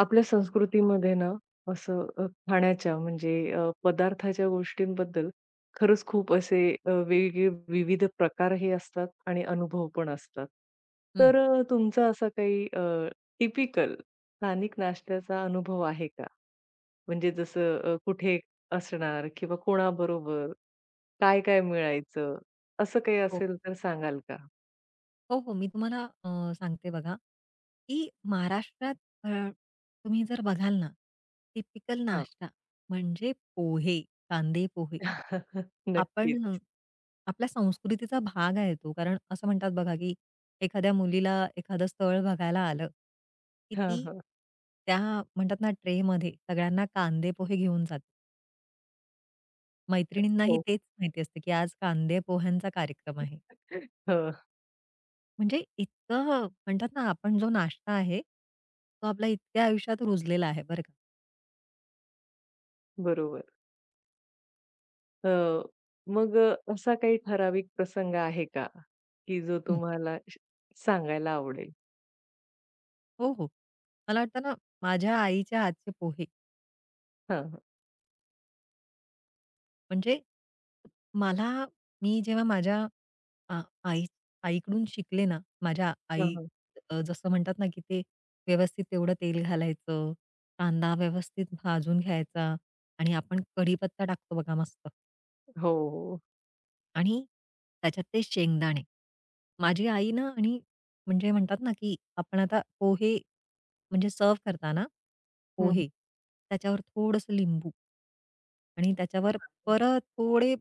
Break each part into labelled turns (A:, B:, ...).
A: आपल्या संस्कृतीमध्ये ना, असं खाण्याच्या म्हणजे पदार्थाच्या गोष्टींबद्दल खरंच खूप असे वेगवेगळे विविध प्रकार हे असतात आणि अनुभव पण असतात.
B: हं.
A: तर तुमचा असा काही टिपिकल स्थानिक नाश्त्याचा अनुभव आहे का? म्हणजे जसं कुठे असणार किंवा कोणाबरोबर, काय-काय मिळायचं, असं काही
B: हो.
A: असेल तर सांगाल का?
B: हो, हो. मी तुम्हाला सांगते बघा, की महाराष्ट्रात अ, तुम्ही जर बघाल ना, टिपिकल
A: हां.
B: नाश्ता म्हणजे पोहे, कांदे पोहे. आपण अ,
A: नक्कीच.
B: आपल्या संस्कृतीचा भाग आहे तो. कारण असं म्हणतात बघा, की एखाद्या मुलीला एखादं स्थळ बघायला आलं, की
A: हां,
B: ती
A: हां.
B: त्या म्हणतात ना ट्रेमध्ये सगळ्यांना कांदे पोहे घेऊन जाते. मैत्रिणींनाही
A: हो.
B: तेच माहिती असतं, की आज कांदे पोह्यांचा कार्यक्रम आहे.
A: हं,
B: म्हणजे इतकं म्हणतात ना, आपण जो नाश्ता आहे, तो आपल्या इतक्या आयुष्यात रुजलेला आहे बरं का.
A: बरोबर. हो. मग असा काही ठराविक प्रसंग आहे का? की जो
B: हं.
A: तुम्हाला श सांगायला आवडेल?
B: हो, हो. मला वाटतं ना, माझ्या आईच्या हातचे पोहे
A: हां, हां.
B: म्हणजे मला मी जेव्हा माझ्या आ आई आईकडून शिकले ना,
A: हां, हां.
B: जसं म्हणतात ना, की ते व्यवस्थित तेवढं तेल घालायचं, कांदा व्यवस्थित भाजून घ्यायचा आणि आपण कढीपत्ता टाकतो बघा मस्त.
A: हो, हो.
B: आणि त्याच्यात ते शेंगदाणे. माझी आई ना आणि म्हणजे म्हणतात ना, की आपण आता पोहे म्हणजे सर्व्ह करताना
A: हं, हं,
B: पोहे, त्याच्यावर थोडंसं लिंबू आणि त्याच्यावर
A: हं.
B: परत थोडे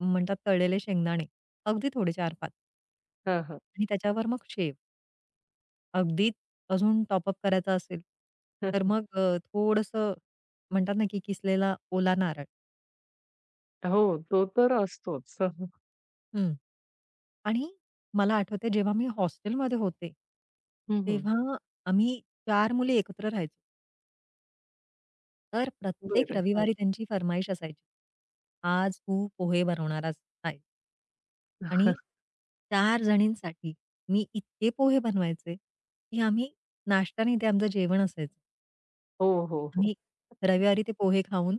B: म्हणतात तळलेले शेंगदाणे, अगदी थोडे 4-5.
A: हां, हां.
B: आणि त्याच्यावर मग शेव. अगदीच अजून टॉपअप करायचा असेल, तर
A: हं.
B: मग थोडंसं म्हणतात ना, की किसलेला ओला नारळ.
A: हो, तो तर असतोच. हं,
B: हं. आणि मला आठवते जेव्हा मी हॉस्टेलमध्ये होते,
A: हं.
B: तेव्हा आम्ही 4 मुली एकत्र राहायचो. तर प्रत्येक
A: बरं. हां.
B: रविवारी त्यांची फर्माईश असायची. आज तू पोहे बनवणारच आहेस आणि 4 जणींसाठी मी इतके पोहे बनवायचे, की आम्ही नाश्ता नाही ते आमचं जेवण असायचं.
A: हो, हो, हो.
B: आम्ही रविवारी ते पोहे खाऊन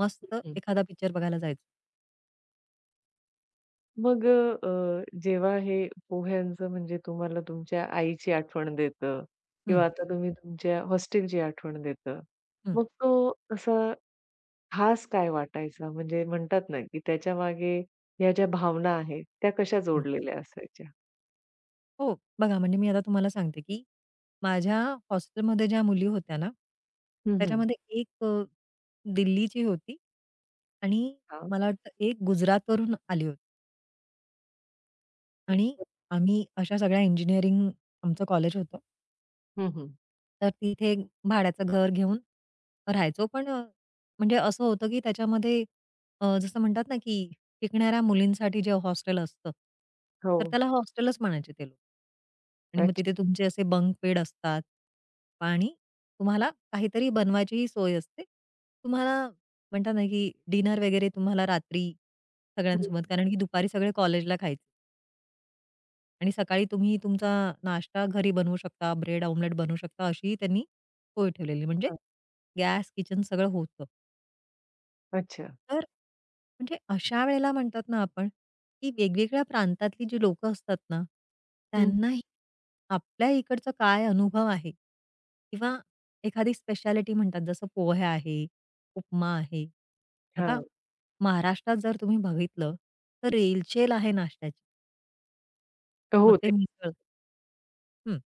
B: मस्त
A: हं.
B: एखादा पिक्चर बघायला जायचो.
A: मग जेव्हा हे पोह्यांचं म्हणजे तुम्हाला तुमच्या आईची आठवण देतं
B: हं,
A: किंवा आता तुम्ही तुमच्या हॉस्टेलची आठवण देतं.
B: हं.
A: मग तो असा खास काय वाटायचा? म्हणजे म्हणतात ना, की त्याच्यामागे ह्या ज्या भावना आहेत, त्या कशा जोडलेल्या असायच्या?
B: हो, बघा म्हणजे मी आता तुम्हाला सांगते, की माझ्या हॉस्टेलमध्ये ज्या मुली होत्या ना,
A: हं, हं.
B: त्याच्यामध्ये एक दिल्लीची होती आणि
A: हां.
B: मला वाटतं एक गुजरातवरून आली होती
A: हं,
B: आणि आम्ही अशा सगळ्या इंजिनिअरिंग आमचं कॉलेज होतं.
A: हं, हं.
B: तर तिथे भाड्याचं घर घेऊन राहायचो. म्हणजे असं होतं, की त्याच्यामध्ये जसं म्हणतात ना, की शिकणाऱ्या मुलींसाठी जे हॉस्टेल असतं,
A: हो.
B: तर त्याला हॉस्टेलच म्हणायचे ते लोक. आणि मग
A: अच्छा.
B: तिथे तुमचे असे बंक बेड असतात आणि तुम्हाला काहीतरी बनवायचीही सोय असते. तुम्हाला म्हणतात ना, की डिनर वगैरे तुम्हाला रात्री
A: हं.
B: सगळ्यांसोबत कारण की दुपारी सगळे कॉलेजला खायचे. आणि सकाळी तुम्ही तुमचा नाश्ता घरी बनवू शकता, ब्रेड ऑमलेट बनवू शकता, अशी त्यांनी सोय ठेवलेली. म्हणजे
A: हां.
B: गॅस, किचन सगळं होतं.
A: अच्छा.
B: तर म्हणजे अशा वेळेला म्हणतात ना आपण, की वेगवेगळ्या प्रांतातली जी लोकं असतात ना,
A: हं.
B: त्यांनाही आपल्या इकडचा काय अनुभव आहे किंवा एखादी स्पेशालिटी म्हणतात, जसं पोह्या आहे, उपमा आहे. आता
A: हां.
B: महाराष्ट्रात जर तुम्ही बघितलं, तर रेलचेल आहे नाश्त्याची. मग
A: हो,
B: ते
A: ते
B: मिसळ हं,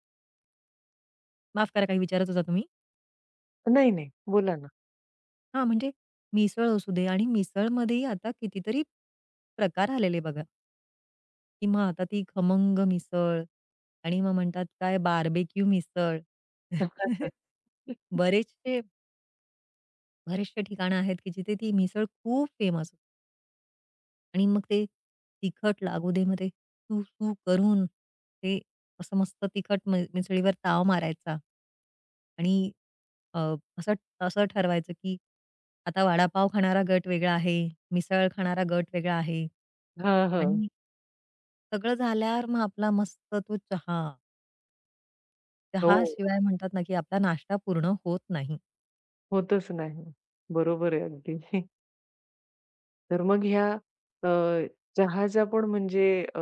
B: माफ करा काही विचारत होता तुम्ही?
A: नाही, नाही. बोला ना.
B: हां, म्हणजे मिसळ असू दे आणि मिसळमध्येही आता कितीतरी प्रकार आलेले बघा, की मग आता ती खमंग मिसळ आणि मग म्हणतात काय बार्बेक्यू मिसळ. बरेचसे बरेचसे ठिकाणं आहेत, की जिथे ती मिसळ खूप फेमस आणि मग ते तिखट लागू दे, मग ते सू-सू करून ते असं मस्त तिखट मिसळीवर ताव मारायचा आणि अ, असं असं ठरवायचं, की आता वडापाव खाणारा गट वेगळा आहे, मिसळ खाणारा गट वेगळा आहे
A: हां, हां.
B: आणि सगळं झाल्यावर मग आपला मस्त तो चहा.
A: हो.
B: चहाशिवाय म्हणतात ना, की आपला नाश्ता पूर्ण होत नाही.
A: होतच नाही. बरोबर आहे अगदी. तर मग ह्या अ, चहाचा पण म्हणजे अ,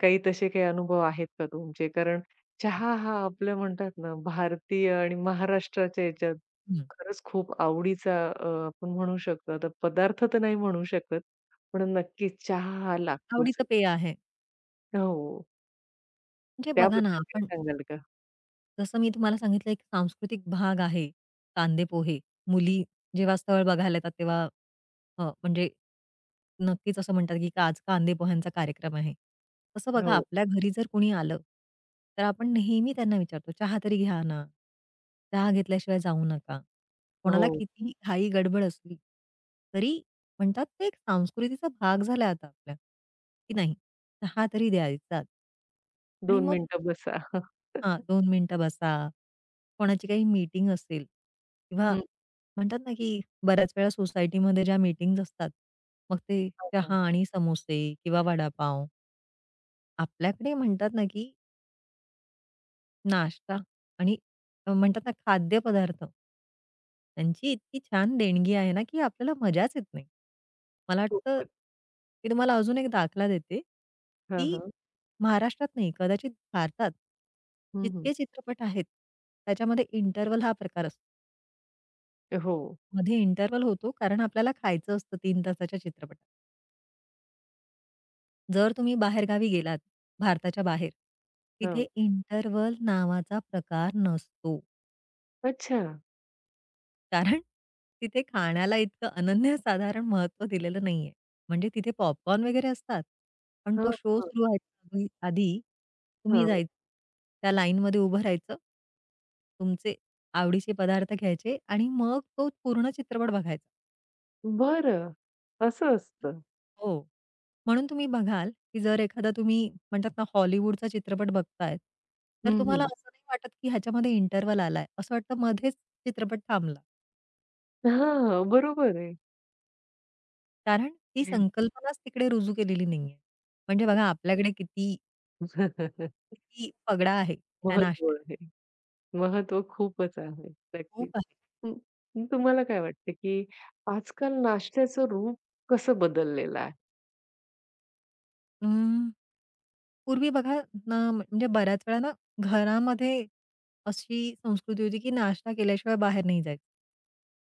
A: काही तसे काही अनुभव आहेत का तुमचे? कारण चहा हा आपल्या म्हणतात ना, भारतीय आणि महाराष्ट्राच्या ह्याच्यात
B: हं.
A: खरंच खूप आवडीचा आपण म्हणू शकतो. आता पदार्थ तर नाही म्हणू शकत, पण नक्कीच चहा हा लागतोच.
B: आवडीचं पेय आहे.
A: हो,
B: म्हणजे बघा ना,
A: त्याबद्दल काही
B: आपण
A: सांगाल का?
B: जसं मी तुम्हाला सांगितलं एक सांस्कृतिक भाग आहे कांदे पोहे. मुली जेव्हा स्थळ बघायला येतात तेव्हा म्हणजे नक्कीच असं म्हणतात की का आज कांदे पोह्यांचा कार्यक्रम आहे. तसं बघा
A: हो,
B: आपल्या घरी जर कोणी आलं, तर आपण नेहमी त्यांना विचारतो, "चहा तरी घ्या ना. चहा घेतल्याशिवाय जाऊ नका." कोणाला
A: हो.
B: कितीही घाई गडबड असली, तरी म्हणतात ते एक संस्कृतीचा भाग झाला आता आपल्या, की नाही चहा तरी द्यायचाच. आणि
A: 2
B: मग
A: मिनिटं बसा.
B: हां, 2 मिनिटं बसा. कोणाची काही मीटिंग असेल किंवा
A: हं,
B: म्हणतात ना, की बऱ्याच वेळा सोसायटीमध्ये ज्या मीटिंग्ज असतात, मग ते
A: हां.
B: चहा आणि समोसे किंवा वडापाव. आपल्याकडे म्हणतात ना, की नाश्ता आणि म्हणतात ना खाद्यपदार्थ. त्यांची इतकी छान देणगी आहे ना, की आपल्याला मजाच येत नाही. मला वाटतं
A: खूपच.
B: मी तुम्हाला अजून एक दाखला देते,
A: हां,
B: की
A: हां.
B: महाराष्ट्रात नाही कदाचित भारतात
A: हं, हं.
B: जितके चित्रपट आहेत, त्याच्यामध्ये इंटरव्हल हा प्रकार असतो.
A: हो.
B: मध्ये इंटरव्हल होतो कारण आपल्याला खायचं असतं 3 तासाच्या चित्रपटात. जर तुम्ही बाहेरगावी गेलात भारताच्या बाहेर, तिथे
A: हां.
B: इंटरव्हल नावाचा प्रकार नसतो.
A: अच्छा.
B: कारण तिथे खाण्याला इतकं अनन्यसाधारण महत्त्व दिलेलं नाहीये. म्हणजे तिथे पॉपकॉर्न वगैरे असतात. पण
A: हां,
B: तो शो
A: हां.
B: सुरू व्हायच्या आधी आधी तुम्ही
A: हां.
B: जायचं, त्या लाईनमध्ये उभं राहायचं. तुमचे आवडीचे पदार्थ घ्यायचे आणि मग तो पूर्ण चित्रपट बघायचा.
A: बरं. असं असतं.
B: हो. म्हणून तुम्ही बघाल, की जर एखादा तुम्ही म्हणतात ना हॉलिवूडचा चित्रपट बघताय, तर
A: हं,
B: तुम्हाला
A: हं.
B: असं नाही वाटत, की ह्याच्यामध्ये इंटरव्हल आलाय. असं वाटतं मध्येच चित्रपट थांबला.
A: हां, बरोबर आहे.
B: कारण ती संकल्पनाच तिकडे रुजू केलेली नाहीये. म्हणजे बघा आपल्याकडे किती, किती फगडा आहे त्या
A: महत्त्व
B: नाश्त्यात
A: आहे. महत्त्व खूपच आहे.
B: खूप
A: नक्कीच.
B: आहे.
A: हं, मग तुम्हाला काय वाटतं, की आजकाल नाश्त्याचं रूप कसं बदललेलं आहे?
B: अं, पूर्वी बघा ना म्हणजे बऱ्याच वेळा ना घरामध्ये अशी संस्कृती होती की नाश्ता केल्याशिवाय बाहेर नाही जायचं.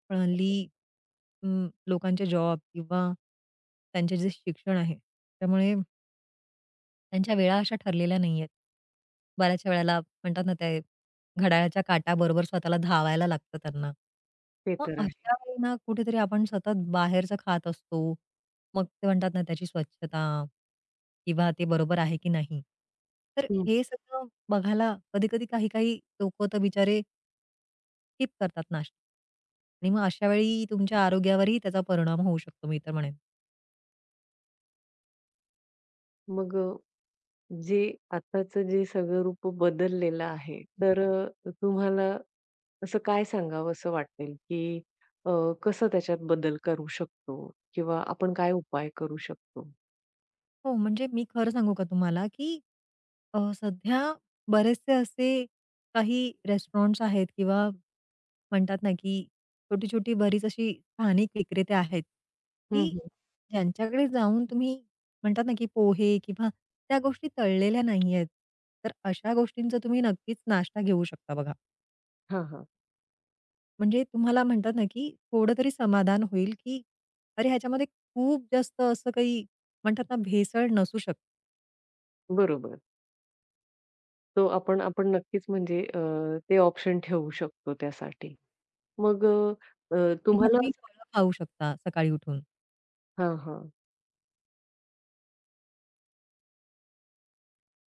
B: पण हल्ली लोकांचे जॉब किंवा त्यांचे जे शिक्षण आहे त्यामुळे त्यांच्या वेळा अशा ठरलेल्या नाहीयेत. बऱ्याचशा वेळेला म्हणतात ना, ते घड्याळाच्या काट्याबरोबर स्वतःला धावायला लागतं त्यांना.
A: ते
B: मग
A: तर आहे.
B: अशा वेळी ना कुठेतरी आपण सतत बाहेरचं खात असतो. मग ते म्हणतात ना, त्याची स्वच्छता किंवा ते बरोबर आहे की नाही. तर
A: हं.
B: हे सगळं बघायला कधी-कधी काही-काही लोकं तर बिचारे स्किप करतात नाश्ता आणि मग अशा वेळी तुमच्या आरोग्यावरही त्याचा परिणाम होऊ शकतो, मी तर म्हणेन.
A: मग जे आताचं जे सगळं रूप बदललेलं आहे, तर तुम्हाला असं काय सांगावसं वाटेल, की अ, कसं त्याच्यात बदल करू शकतो किंवा आपण काय उपाय करू शकतो?
B: हो, म्हणजे मी खरं सांगू का तुम्हाला, की सध्या बरेचसे असे काही रेस्टॉरंट्स आहेत किंवा म्हणतात ना, की छोटी-छोटी बरीच अशी स्थानिक विक्रेते आहेत, की ज्यांच्याकडे जाऊन तुम्ही म्हणतात ना, की पोहे किंवा त्या गोष्टी तळलेल्या नाहीयेत. तर अशा गोष्टींचा तुम्ही नक्कीच नाश्ता घेऊ शकता बघा.
A: हां, हां.
B: म्हणजे तुम्हाला म्हणतात ना, की थोडं तरी समाधान होईल, की अरे, ह्याच्यामध्ये खूप जास्त असं काही म्हणतात ना, भेसळ नसू शकते.
A: बरोबर. तो आपण आपण नक्कीच म्हणजे ते ऑप्शन ठेवू शकतो त्यासाठी. मग अ, अ,
B: किंवा
A: तुम्हाला
B: तुम्ही
A: असं
B: फळं खाऊ शकता सकाळी उठून.
A: हां, हां.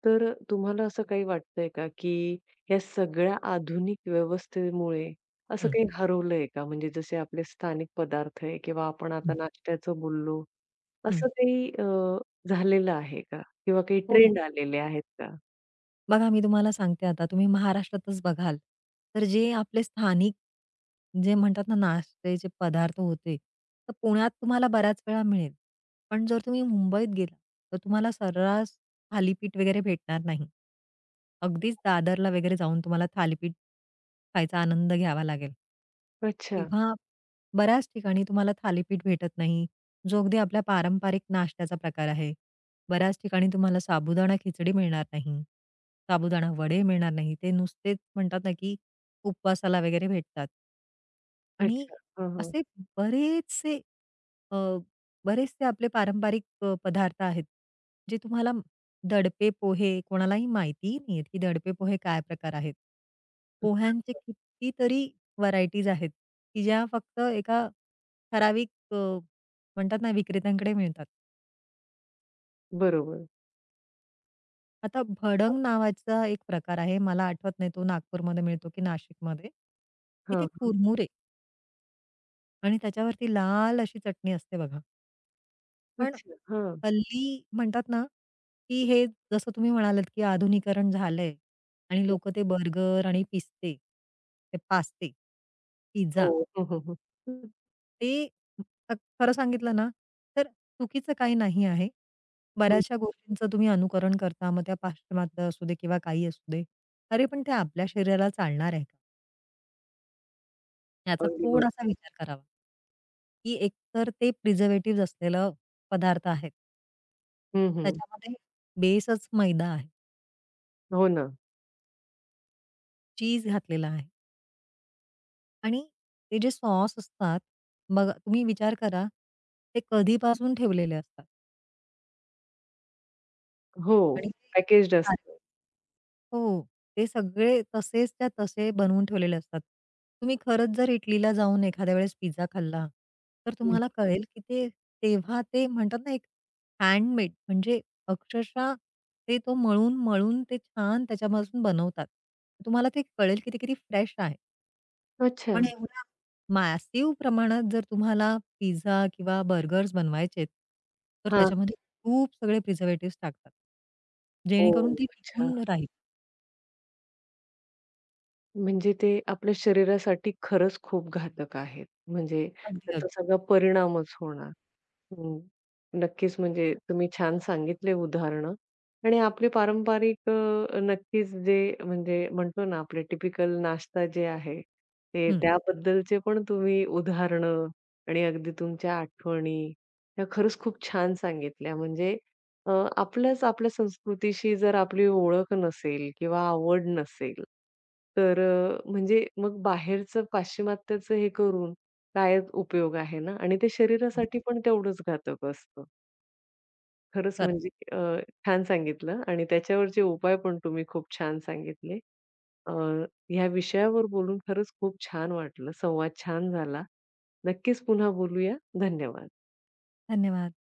A: तर तुम्हाला असं काही वाटतंय का, की या सगळ्या आधुनिक व्यवस्थेमुळे असं
B: हं,
A: काही हरवलंय का? म्हणजे जसे आपले स्थानिक पदार्थ आहे किंवा आपण आता
B: हं.
A: नाश्त्याचं बोललो,
B: हं.
A: असं काही झालेलं आहे का? किंवा काही
B: हो, हो.
A: ट्रेंड आलेले आहेत का?
B: बघा मी तुम्हाला सांगते आता तुम्ही महाराष्ट्रातच बघाल, तर जे आपले स्थानिक जे म्हणतात ना नाश्त्याचे पदार्थ होते, तर पुण्यात तुम्हाला बऱ्याच वेळा मिळेल. पण जर तुम्ही मुंबईत गेला, तर तुम्हाला सर्रास थालीपीठ वगैरे भेटणार नाही. अगदीच दादरला वगैरे जाऊन तुम्हाला थालीपीठ खायचा आनंद घ्यावा लागेल.
A: अच्छा,
B: किंवा बऱ्याच ठिकाणी तुम्हाला थालीपीठ भेटत नाही, जो अगदी आपल्या पारंपरिक नाश्त्याचा प्रकार आहे. बऱ्याच ठिकाणी तुम्हाला साबुदाणा खिचडी मिळणार नाही, साबुदाणा वडे मिळणार नाही. ते नुसतेच म्हणतात ना, की उपवासाला वगैरे भेटतात. आणि
A: अच्छा. हां, हां.
B: असे बरेचसे अ, बरेचसे आपले पारंपरिक पदार्थ आहेत, जे तुम्हाला म- दडपे पोहे कोणालाही माहितीही नाहीयेत, की दडपे पोहे काय प्रकार आहेत? पोह्यांचे कितीतरी व्हरायटीज आहेत, की ज्या फक्त एका ठराविक अ, म्हणतात ना विक्रेत्यांकडे मिळतात.
A: बरोबर.
B: आता भडंग नावाचा एक प्रकार आहे. मला आठवत नाही तो नागपूरमध्ये मिळतो की नाशिकमध्ये. तिथे
A: हां, हां.
B: कुरमुरे आणि त्याच्यावरती लाल अशी चटणी असते बघा. पण
A: अच्छा. हां.
B: हल्ली म्हणतात ना, की हे जसं तुम्ही म्हणालात, की आधुनिकीकरण झालंय आणि लोकं ते बर्गर आणि पिस्ते, ते पास्ते,
A: हो.
B: पिझ्झा
A: हं, हं, हं.
B: ते अ, खरं सांगितलं ना, तर चुकीचं काही नाही आहे.
A: हं.
B: बऱ्याचशा गोष्टींचं तुम्ही अनुकरण करता, मग त्या पाश्चिमात्य असू दे किंवा काही असू दे. अरे, पण ते आपल्या शरीराला चालणार आहे का? याचा
A: अगदी बरोबर.
B: थोडासा विचार करावा. की एकतर ते प्रिझर्व्हेटिव्हज असलेलं पदार्थ आहेत.
A: हं, हं.
B: त्याच्यामध्ये बेसच मैदा आहे,
A: हो ना.
B: चीज घातलेला आहे आणि ते जे सॉस असतात, बघा तुम्ही विचार करा, ते कधीपासून ठेवलेले असतात
A: हो.
B: आणि ते
A: पॅकेज्ड असतं.
B: हो. ते सगळे तसेच्या तसे बनवून ठेवलेले असतात. तुम्ही खरंच जर इटलीला जाऊन एखाद्या वेळेस पिझ्झा खाल्ला, तर
A: हं.
B: तुम्हाला कळेल की ते तेव्हा ते म्हणतात ना, एक हँडमेड म्हणजे अक्षरशः ते तो मळून-मळून ते छान त्याच्यापासून बनवतात. तुम्हाला ते कळेल की ते किती फ्रेश आहे.
A: अच्छा.
B: पण एवढ्या मॅसिव्ह प्रमाणात जर तुम्हाला पिझ्झा किंवा बर्गर्स बनवायचेत, तर
A: हां.
B: त्याच्यामध्ये खूप सगळे प्रिझर्व्हेटिव्हज टाकतात. जेणेकरून
A: हो.
B: ते
A: अच्छा.
B: टिकून राहील.
A: म्हणजे ते आपल्या शरीरासाठी खरंच खूप घातक आहेत. म्हणजे
B: अगदी,
A: त्याचा
B: अगदी.
A: सगळा परिणामच होणार. हो. नक्कीच, म्हणजे तुम्ही छान सांगितले उदाहरणं आणि आपले पारंपरिक नक्कीच जे म्हणजे म्हणतो ना आपले टिपिकल नाश्ता जे आहे, ते त्याबद्दलचे पण तुम्ही उदाहरणं आणि अगदी तुमच्या आठवणी, ह्या खरंच खूप छान सांगितल्या. म्हणजे अ, आपल्या संस्कृतीशी जर आपली ओळख नसेल किंवा आवड नसेल, तर म्हणजे मग बाहेरचं पाश्चिमात्याचं हे करून काय उपयोग आहे ना आणि ते शरीरासाठी पण तेवढंच घातक असतं. खरंच
B: खरंच.
A: म्हणजे अ, छान सांगितलं आणि त्याच्यावरचे उपाय पण तुम्ही खूप छान सांगितले. अ, ह्या विषयावर बोलून खरंच खूप छान वाटलं. संवाद छान झाला. नक्कीच पुन्हा बोलूया. धन्यवाद.
B: धन्यवाद.